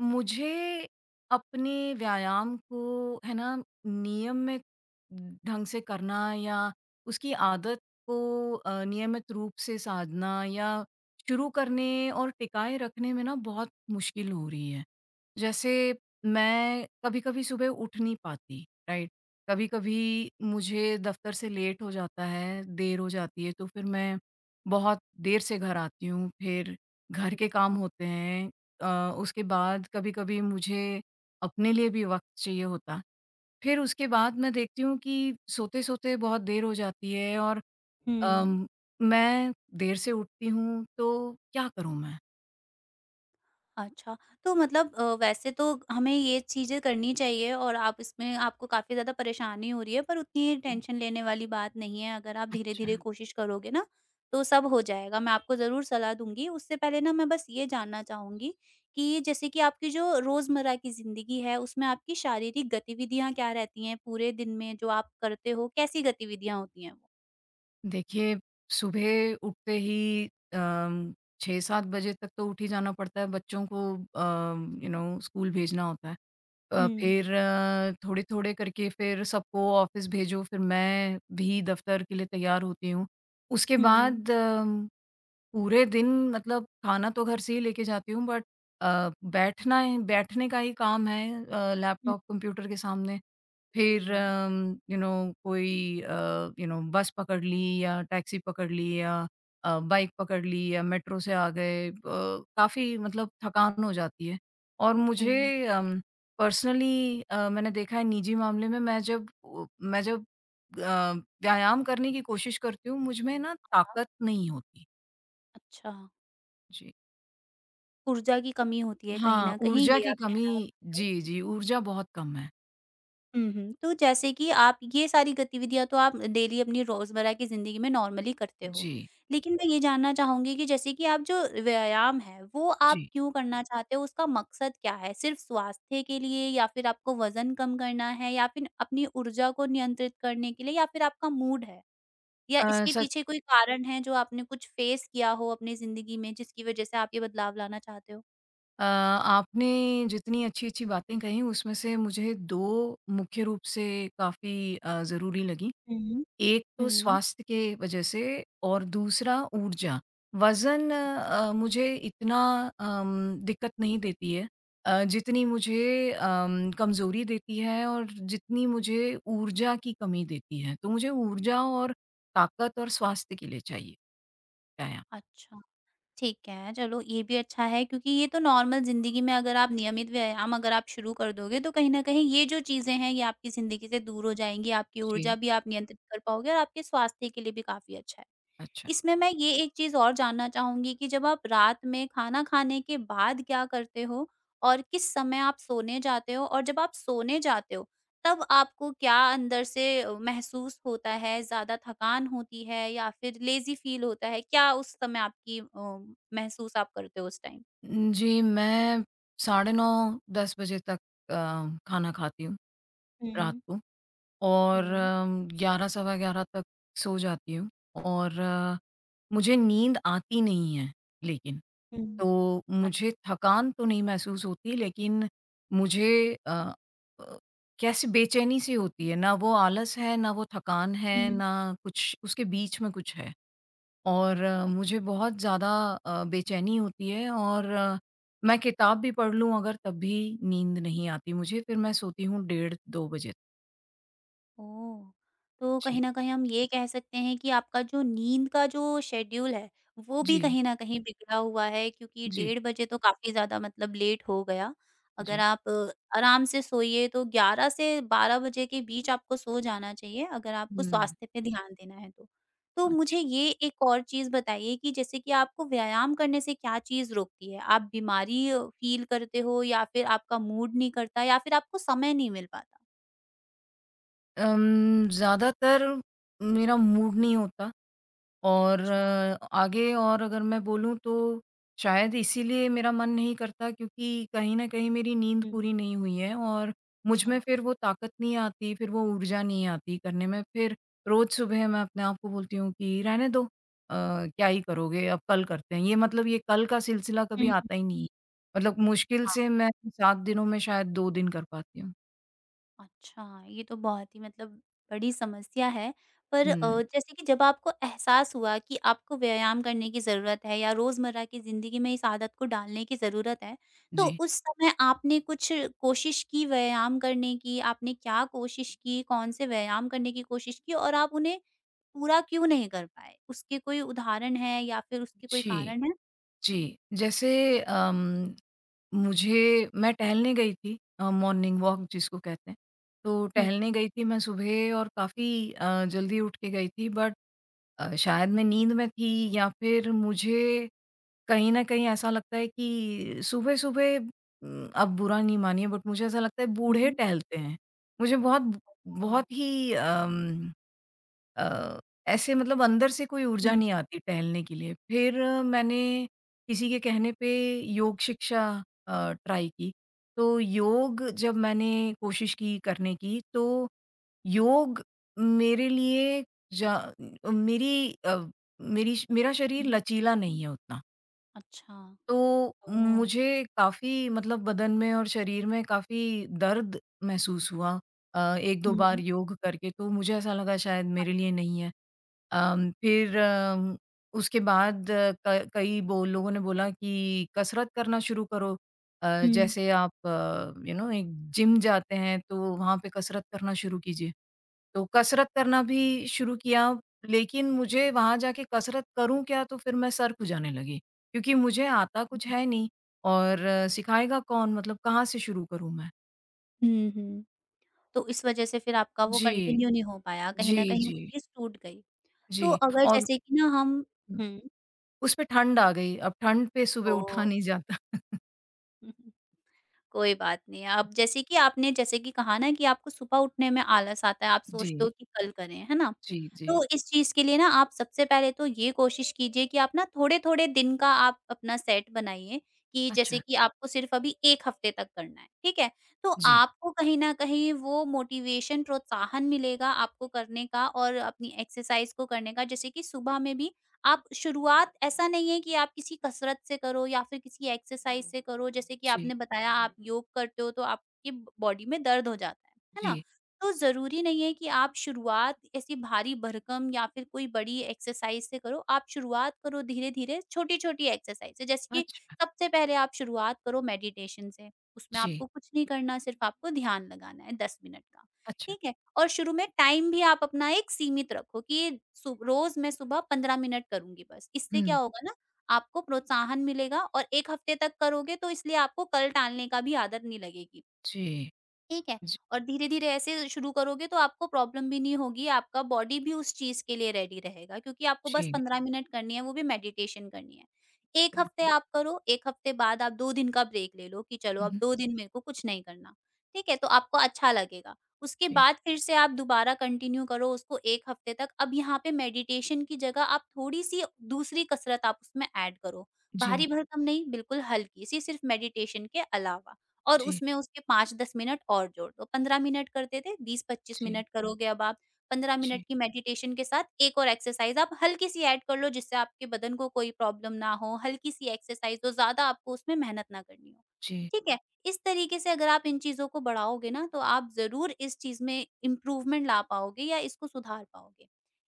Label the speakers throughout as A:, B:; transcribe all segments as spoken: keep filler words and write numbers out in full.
A: मुझे अपने व्यायाम को, है ना, नियम में ढंग से करना या उसकी आदत को अ, नियमित रूप से साधना या शुरू करने और टिकाए रखने में ना बहुत मुश्किल हो रही है। जैसे मैं कभी-कभी सुबह उठ नहीं पाती, राइट? कभी-कभी मुझे दफ़्तर से लेट हो जाता है, देर हो जाती है, तो फिर मैं बहुत देर से घर आती हूँ, फिर घर के काम
B: अच्छा,
A: होते हैं। अ, उसके बाद कभी-कभी मुझे अपने लिए भी वक़्त चाहिए होता। फिर उसके बाद मैं देखती हूँ कि सोते-सोते बहुत देर हो जाती है और
B: हुँ।
A: अम, मैं देर से उठती हूँ, तो क्या करूँ मैं?
B: अच्छा, तो मतलब अ, वैसे तो हमें ये चीज़ें करनी चाहिए और आप इसमें आपको काफ़ी ज़्यादा परेशानी हो रही है, पर उतनी
A: जी।
B: टेंशन लेने वाली बात नहीं है, अगर आप
A: अच्छा।
B: धीरे-धीरे कोशिश करोगे ना, तो सब हो जाएगा। मैं आपको ज़रूर सलाह दूँगी। उससे पहले ना मैं बस ये जानना चाहूँगी कि जैसे कि आपकी जो रोज़मर्रा की ज़िंदगी है, उसमें आपकी शारीरिक गतिविधियाँ क्या रहती हैं? पूरे दिन में जो आप करते हो, कैसी गतिविधियाँ होती हैं वो?
A: देखिए, सुबह उठते ही अम, छह सात बजे तक तो उठ ही जाना पड़ता है, बच्चों को अम, यू नो स्कूल भेजना होता है। अ,
B: हुँ।
A: फिर अ, थोड़े-थोड़े करके फिर सबको ऑफ़िस भेजो, फिर मैं भी दफ़्तर के लिए तैयार होती हूँ। उसके
B: हुँ, हुँ।
A: बाद अम, पूरे दिन मतलब खाना तो घर से ही लेके जाती हूँ बट अ, बैठना है बैठने का ही काम है अ,
B: हुँ,
A: लैपटॉप कंप्यूटर के सामने। फिर
B: हुँ।
A: यू नो कोई यू नो बस पकड़ ली या टैक्सी पकड़ ली या अ, बाइक पकड़ ली या मेट्रो से आ गए। अ, काफ़ी मतलब थकान हो जाती है और मुझे
B: हुँ।
A: पर्सनली मैंने देखा है निजी मामले में मैं जब अ, मैं जब अ, व्यायाम करने की कोशिश करती हूँ मुझ में ना
B: हाँ,
A: ताकत नहीं होती।
B: अच्छा।
A: जी।
B: ऊर्जा की कमी होती है कहीं
A: हाँ,
B: न कहीं,
A: ऊर्जा
B: ये
A: की
B: आप कहना
A: कमी
B: चाहते हो?
A: जी, जी, ऊर्जा बहुत कम है।
B: हुँ, हुँ। तो जैसे कि आप ये सारी गतिविधियाँ तो आप डेली अपनी रोज़मर्रा की ज़िंदगी में नॉर्मली करते हो।
A: जी,
B: लेकिन मैं ये जानना चाहूँगी कि जैसे कि आप जो व्यायाम है, वो आप
A: जी।
B: क्यों करना चाहते हो? उसका मकसद क्या है? सिर्फ़ स्वास्थ्य के लिए या फिर आपको वज़न कम करना है या फिर अपनी ऊर्जा को नियंत्रित करने के लिए या फिर आपका मूड है? या
A: अ,
B: इसके
A: सच
B: पीछे कोई कारण है जो आपने कुछ फ़ेस किया हो अपनी ज़िंदगी में जिसकी वज़ह से आप ये बदलाव लाना चाहते हो?
A: अ, आपने जितनी अच्छी-अच्छी बातें कही उसमें से मुझे दो मुख्य रूप से काफ़ी अ, ज़रूरी लगी।
B: हुँ, हुँ।
A: एक तो
B: हुँ।
A: स्वास्थ्य के वजह से और दूसरा ऊर्जा। वज़न
B: अच्छा।
A: अ, मुझे इतना अम, दिक्कत नहीं देती है अ, जितनी मुझे अम, कमज़ोरी देती है और जितनी मुझे ऊर्जा की कमी देती है। तो मुझे ऊर्जा और ताकत और स्वास्थ्य के लिए चाहिए व्यायाम।
B: अच्छा, ठीक है। चलो ये भी अच्छा है क्योंकि ये तो नॉर्मल ज़िंदगी में अगर आप नियमित व्यायाम अगर आप शुरू कर दोगे तो कहीं न कहीं ये जो चीज़ें हैं ये आपकी ज़िंदगी से दूर हो जाएँगी, आपकी ऊर्जा
A: जी,
B: भी आप नियंत्रित कर पाओगे और आपके स्वास्थ्य के लिए भी काफ़ी अच्छा है।
A: अच्छा।
B: इसमें मैं ये एक चीज़ और जानना चाहूँगी कि जब आप रात में खाना खाने के बाद क्या करते हो? और किस समय आप सोने जाते हो? और जब आप सोने जाते हो, तब आपको क्या अंदर से अ, महसूस होता है? ज़्यादा थकान होती है या फिर लेज़ी फ़ील होता है? क्या उस समय आपकी अ, महसूस आप करते हो उस टाइम?
A: जी, मैं साढ़े नौ दस बजे तक अ, खाना खाती हूँ रात
B: हुँ,
A: को
B: हुँ,
A: और
B: हुँ।
A: ग्यारह सवा ग्यारह तक सो जाती हूँ और अ, मुझे नींद आती नहीं है लेकिन।
B: हुँ,
A: तो
B: अच्छा।
A: मुझे थकान तो नहीं महसूस होती लेकिन मुझे अ अ, कैसे बेचैनी-सी होती है, ना वो आलस है, ना वो थकान है,
B: हुँ।
A: ना कुछ उसके बीच में कुछ है। और अ, मुझे बहुत ज़्यादा अ, बेचैनी होती है और अ, मैं किताब भी पढ़ लूँ अगर तब भी नींद नहीं आती मुझे, फिर मैं सोती हूँ डेढ़ दो बजे तक।
B: ओह! तो
A: जी,
B: कहीं न कहीं हम ये कह सकते हैं कि आपका जो नींद का जो शेड्यूल है, वो भी
A: जी,
B: कहीं न कहीं बिगड़ा हुआ है क्योंकि
A: जी,
B: डेढ़ बजे तो काफ़ी ज़्यादा मतलब लेट हो गया। अगर
A: जी।
B: आप अ, आराम से सोइए तो ग्यारह से बारह बजे के बीच आपको सो जाना चाहिए अगर आपको
A: हुँ,
B: स्वास्थ्य पे ध्यान देना है तो। तो मुझे
A: अच्छा।
B: ये एक और चीज़ बताइए कि जैसे कि आपको व्यायाम करने से क्या चीज़ रोकती है? आप बीमारी अ, फ़ील करते हो या फिर आपका मूड नहीं करता या फिर आपको समय नहीं मिल पाता?
A: अम, ज़्यादातर मेरा मूड नहीं होता। और
B: अच्छा।
A: अ, आगे और अगर मैं बोलूँ तो शायद इसीलिए मेरा मन नहीं करता क्योंकि कहीं न कहीं मेरी नींद
B: हुँ।
A: पूरी नहीं हुई है और मुझ में
B: अच्छा।
A: फिर वो ताकत नहीं आती, फिर वो ऊर्जा नहीं आती करने में। फिर रोज़ सुबह मैं अपने आप को बोलती हूँ कि रहने दो, अ, क्या ही करोगे, अब कल करते हैं। ये मतलब ये कल का सिलसिला
B: हुँ,
A: कभी
B: हुँ,
A: आता ही नहीं है। मतलब मुश्किल
B: हाँ।
A: से मैं सात दिनों में शायद दो दिन कर पाती हूँ।
B: अच्छा, ये तो बहुत ही मतलब बड़ी समस्या है। पर अ,
A: हुँ,
B: जैसे कि जब आपको एहसास हुआ कि आपको व्यायाम करने की ज़रूरत है या रोज़मर्रा की ज़िंदगी में इस आदत को डालने की ज़रूरत है, तो
A: जी।
B: उस समय आपने कुछ कोशिश की व्यायाम करने की? आपने क्या कोशिश की? कौन से व्यायाम करने की कोशिश की और आप उन्हें पूरा क्यों नहीं कर पाए? उसके कोई उदाहरण है या फिर उसके कोई
A: जी।
B: कारण है?
A: जी, जैसे अम, मुझे मैं टहलने गई थी, अ, मॉर्निंग वॉक जिसको कहते हैं। तो
B: हुँ,
A: टहलने गई थी मैं सुबह और काफ़ी अ, जल्दी उठ के गई थी बट अ, शायद मैं नींद में थी या फिर मुझे कहीं न कहीं ऐसा लगता है कि सुबह-सुबह उम, आप बुरा नहीं मानिए बट मुझे ऐसा लगता है बूढ़े
B: हुँ।
A: टहलते हैं। मुझे बहुत
B: ओह!
A: बहुत ही अम अ, ऐसे मतलब अंदर से कोई ऊर्जा
B: हुँ,
A: नहीं आती टहलने के लिए। फिर मैंने किसी के कहने पे योग शिक्षा अ, ट्राई की। तो योग जब मैंने कोशिश की करने की तो योग मेरे लिए जा मेरी अ, मेरी मेरा शरीर
B: हुँ।
A: लचीला नहीं है उतना।
B: अच्छा।
A: तो
B: ओह!
A: मुझे काफ़ी मतलब बदन में और शरीर में काफ़ी दर्द महसूस हुआ अ, एक दो बार
B: हुँ,
A: योग करके तो मुझे ऐसा लगा शायद मेरे लिए नहीं है। अम, फिर अम, उसके बाद अ, क कई बो लोगों ने बोला कि कसरत करना शुरू करो। अ,
B: हुँ।
A: जैसे आप यू नो एक जिम जाते हैं तो वहाँ पे कसरत करना शुरू कीजिए। तो कसरत करना भी शुरू किया लेकिन मुझे वहाँ जाके कसरत करूँ क्या, तो फिर मैं सर खुजाने लगी क्योंकि मुझे आता कुछ है नहीं और अ, सिखाएगा कौन मतलब कहाँ से शुरू करूँ मैं?
B: हुँ, हुँ। तो इस वज़ह से फिर आपका वो
A: जी।
B: कंटिन्यू नहीं हो पाया, कहीं
A: जी,
B: न कहीं
A: जी,
B: वो चीज़ टूट गई।
A: जी।
B: तो अगर
A: और
B: जैसे कि ना हम हुँ,
A: उस पे ठंड आ गई। अब ठंड पे सुबह
B: ओह!
A: उठा नहीं जाता।
B: कोई बात नहीं। अब जैसे कि आपने जैसे कि कहा ना कि आपको सुबह उठने में आलस आता है, आप सोचते
A: जी,
B: हो कि कल करें, है ना?
A: जी, जी।
B: तो इस चीज़ के लिए ना आप सबसे पहले तो ये कोशिश कीजिए कि आप ना थोड़े-थोड़े दिन का आप अपना सेट बनाइए कि जैसे
A: अच्छा,
B: कि आपको सिर्फ़ अभी एक हफ़्ते तक करना है, ठीक है? तो
A: जी,
B: आपको कहीं न कहीं वो मोटिवेशन, प्रोत्साहन मिलेगा आपको करने का और अपनी एक्सरसाइज़ को करने का। जैसे कि सुबह में भी आप शुरुआत ऐसा नहीं है कि आप किसी कसरत से करो या फिर किसी एक्सरसाइज हुँ। से करो, जैसे कि
A: जी,
B: आपने बताया आप हुँ। योग करते हो तो आपकी बॉडी में दर्द हो जाता है, है ना?
A: जी।
B: तो ज़रूरी नहीं है कि आप शुरुआत ऐसी भारी भरकम या फिर कोई बड़ी एक्सरसाइज से करो, आप शुरुआत करो धीरे-धीरे छोटी-छोटी एक्सरसाइज से। जैसे कि
A: अच्छा,
B: सबसे पहले आप शुरुआत करो मेडिटेशन से, उसमें
A: जी,
B: आपको कुछ नहीं करना सिर्फ़ आपको ध्यान लगाना है दस मिनट का,
A: अच्छा।
B: ठीक है? और शुरू में टाइम भी आप अपना एक सीमित रखो कि ये सु रोज़ मैं सुबह पंद्रह मिनट करूँगी बस। इससे क्या
A: हुँ,
B: होगा ना आपको प्रोत्साहन मिलेगा और एक हफ्ते तक करोगे तो इसलिए आपको कल टालने का भी आदत नहीं लगेगी।
A: जी,
B: ठीक है।
A: जी,
B: और धीरे-धीरे ऐसे शुरू करोगे तो आपको प्रॉब्लम भी नहीं होगी, आपका बॉडी भी उस चीज़ के लिए रेडी रहेगा क्योंकि आपको बस
A: जी,
B: पंद्रह मिनट करनी है, वो भी मेडिटेशन करनी है। एक हफ्ते
A: बिल्कुल।
B: आप करो, एक हफ्ते बाद आप दो दिन का ब्रेक ले लो कि चलो
A: हुँ,
B: अब
A: हुँ।
B: दो दिन मेरे को कुछ नहीं करना, ठीक है? तो आपको अच्छा लगेगा। उसके
A: जी,
B: बाद फिर से आप दोबारा कंटिन्यू करो उसको एक हफ्ते तक। अब यहाँ पे मेडिटेशन की जगह आप थोड़ी-सी दूसरी कसरत आप उसमें ऐड करो,
A: जी,
B: भारी भरकम नहीं, बिल्कुल हल्की-सी सिर्फ़ मेडिटेशन के अलावा। और
A: जी,
B: उसमें उसके पाँच से दस मिनट और जोड़ दो, पंद्रह मिनट करते थे, बीस से पच्चीस
A: जी,
B: मिनट करोगे अब आप। पंद्रह
A: जी,
B: मिनट की मेडिटेशन के साथ एक और एक्सरसाइज़ आप हल्की-सी ऐड कर लो जिससे आपके बदन को कोई प्रॉब्लम ना हो, हल्की-सी एक्सरसाइज़ हो, ज़्यादा आपको उसमें मेहनत ना करनी हो।
A: जी,
B: ठीक है? इस तरीके से अगर आप इन चीज़ों को बढ़ाओगे ना, तो आप ज़रूर इस चीज़ में इम्प्रूवमेंट ला पाओगे या इसको सुधार पाओगे।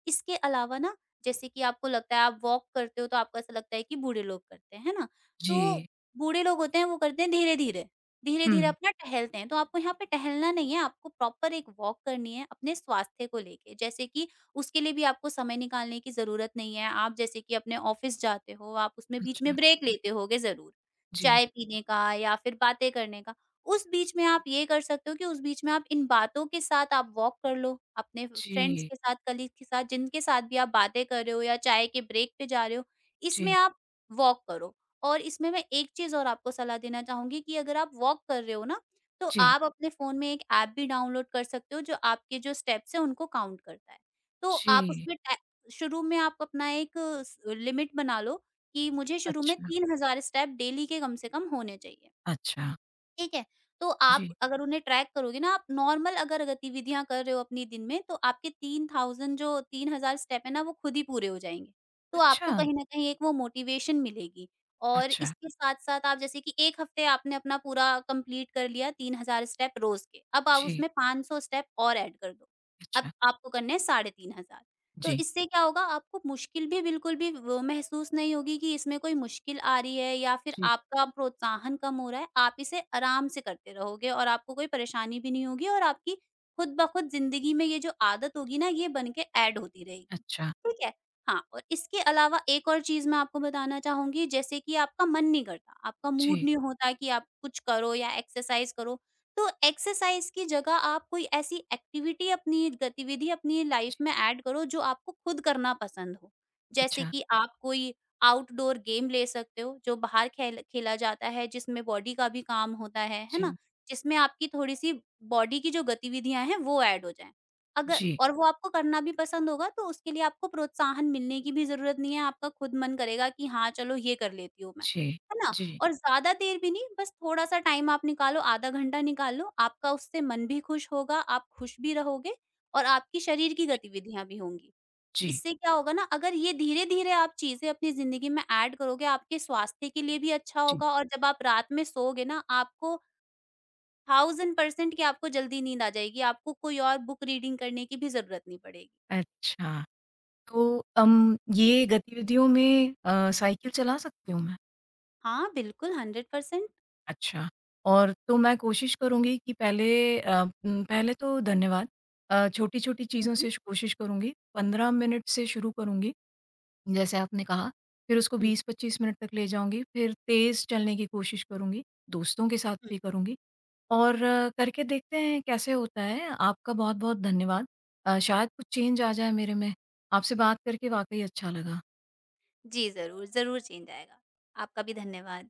B: इसके अलावा ना जैसे कि आपको लगता है आप वॉक करते हो तो आपको ऐसा लगता है कि बूढ़े लोग करते हैं, है ना?
A: जी।
B: तो बूढ़े लोग होते हैं वो करते हैं धीरे-धीरे। धीरे-धीरे
A: हुँ,
B: अपना टहलते हैं, तो आपको यहाँ पे टहलना नहीं है, आपको प्रॉपर एक वॉक करनी है अपने स्वास्थ्य को लेके। जैसे कि उसके लिए भी आपको समय निकालने की ज़रूरत नहीं है, आप जैसे कि अपने ऑफ़िस जाते हो, आप उसमें बीच
A: अच्छा,
B: में ब्रेक लेते होगे ज़रूर,
A: जी,
B: चाय पीने का या फिर बातें करने का। उस बीच में आप ये कर सकते हो कि उस बीच में आप इन बातों के साथ आप वॉक कर लो, अपने फ्रेंड्स
A: जी,
B: के साथ, कलीग के साथ, जिनके साथ भी आप बातें कर रहे हो या चाय के ब्रेक पे जा रहे हो, इसमें
A: जी,
B: आप वॉक करो। और इसमें मैं एक चीज़ और आपको सलाह देना चाहूँगी कि अगर आप वॉक कर रहे हो ना, तो
A: जी,
B: आप अपने फ़ोन में एक ऐप भी डाउनलोड कर सकते हो, जो आपके जो स्टेप्स हैं, उनको काउंट करता है। तो आप
A: जी।
B: उसमें टा शुरू में आप अपना एक स लिमिट बना लो कि मुझे शुरू में
A: अच्छा,
B: तीन हज़ार स्टेप डेली के कम से कम होने चाहिए।
A: अच्छा,
B: ठीक है, तो आप
A: जी,
B: अगर उन्हें ट्रैक करोगे ना आप नॉर्मल अगर गतिविधियाँ कर रहे हो अपनी दिन में तो आपके तीन हज़ार जो तीन हज़ार स्टेप है ना वो खुद ही पूरे हो जाएँगे। तो आपको
A: अच्छा,
B: कहीं न कहीं एक वो मोटिवेशन मिलेगी और
A: अच्छा,
B: इसके साथ-साथ आप जैसे कि एक हफ्ते आपने अपना पूरा कंप्लीट कर लिया तीन हज़ार स्टेप रोज़ के, अब आप
A: जी,
B: उसमें पाँच सौ स्टेप और ऐड कर दो। अब
A: अच्छा,
B: आपको करने हैं तीन हज़ार पाँच सौ तो
A: जी,
B: इससे क्या होगा आपको मुश्किल भी बिल्कुल भी वो महसूस नहीं होगी कि इसमें कोई मुश्किल आ रही है या फिर
A: जी,
B: आपका प्रोत्साहन कम हो रहा है। आप इसे आराम से करते रहोगे और आपको कोई परेशानी भी नहीं होगी और आपकी खुद ब खुद ज़िंदगी में ये जो आदत होगी ना ये बन के ऐड होती रहेगी।
A: अच्छा,
B: ठीक है? हाँ, और इसके अलावा एक और चीज़ मैं आपको बताना चाहूँगी जैसे कि आपका मन नहीं करता, आपका मूड
A: जी,
B: नहीं होता कि आप कुछ करो या एक्सरसाइज़ करो, तो एक्सरसाइज की जगह आप कोई ऐसी एक्टिविटी अपनी गतिविधि अपनी लाइफ
A: जी,
B: में ऐड करो जो आपको खुद करना पसंद हो। जैसे
A: अच्छा,
B: कि आप कोई आउटडोर गेम ले सकते हो जो बाहर खेल खेला जाता है जिसमें बॉडी का भी काम होता है, है ना?
A: जी,
B: जिसमें आपकी थोड़ी-सी बॉडी की जो गतिविधियाँ हैं वो ऐड हो जाएँ। अगर
A: जी,
B: और वो आपको करना भी पसंद होगा तो उसके लिए आपको प्रोत्साहन मिलने की भी ज़रूरत नहीं है, आपका खुद मन करेगा कि हाँ, चलो ये कर लेती हूँ मैं,
A: जी,
B: है ना?
A: जी,
B: और ज़्यादा देर भी नहीं बस थोड़ा-सा टाइम आप निकालो, आधा घंटा निकाल लो, आपका उससे मन भी खुश होगा, आप खुश भी रहोगे और आपकी शरीर की गतिविधियाँ भी होंगी।
A: जी,
B: इससे क्या होगा ना अगर ये धीरे-धीरे आप चीज़ें अपनी ज़िंदगी में ऐड करोगे, आपके स्वास्थ्य के लिए भी अच्छा
A: जी,
B: होगा और जब आप रात में सोओगे ना आपको वन थाउज़ेंड परसेंट कि आपको जल्दी नींद आ जाएगी, आपको कोई और बुक रीडिंग करने की भी ज़रूरत नहीं पड़ेगी।
A: अच्छा। तो अम, ये गतिविधियों में अ, साइकिल चला सकती हूँ मैं?
B: हाँ, बिल्कुल हंड्रेड परसेंट
A: अच्छा। और तो मैं कोशिश करूँगी कि पहले, अ, उम, पहले तो धन्यवाद। अ, छोटी-छोटी
B: हुँ,
A: चीज़ों
B: हुँ,
A: से कोशिश करूँगी, पंद्रह मिनट से शुरू करूँगी, जैसे आपने कहा। फिर उसको
B: हुँ,
A: बीस पच्चीस मिनट तक ले जाऊँगी, फिर तेज़ चलने की कोशिश करूँगी, दोस्तों के साथ
B: हुँ।
A: भी करूँगी और करके देखते हैं कैसे होता है। आपका बहुत-बहुत धन्यवाद। अ, शायद कुछ चेंज आ जाए मेरे में। आपसे बात करके वाक़ई अच्छा लगा।
B: जी, ज़रूर, ज़रूर चेंज आएगा। आपका भी धन्यवाद।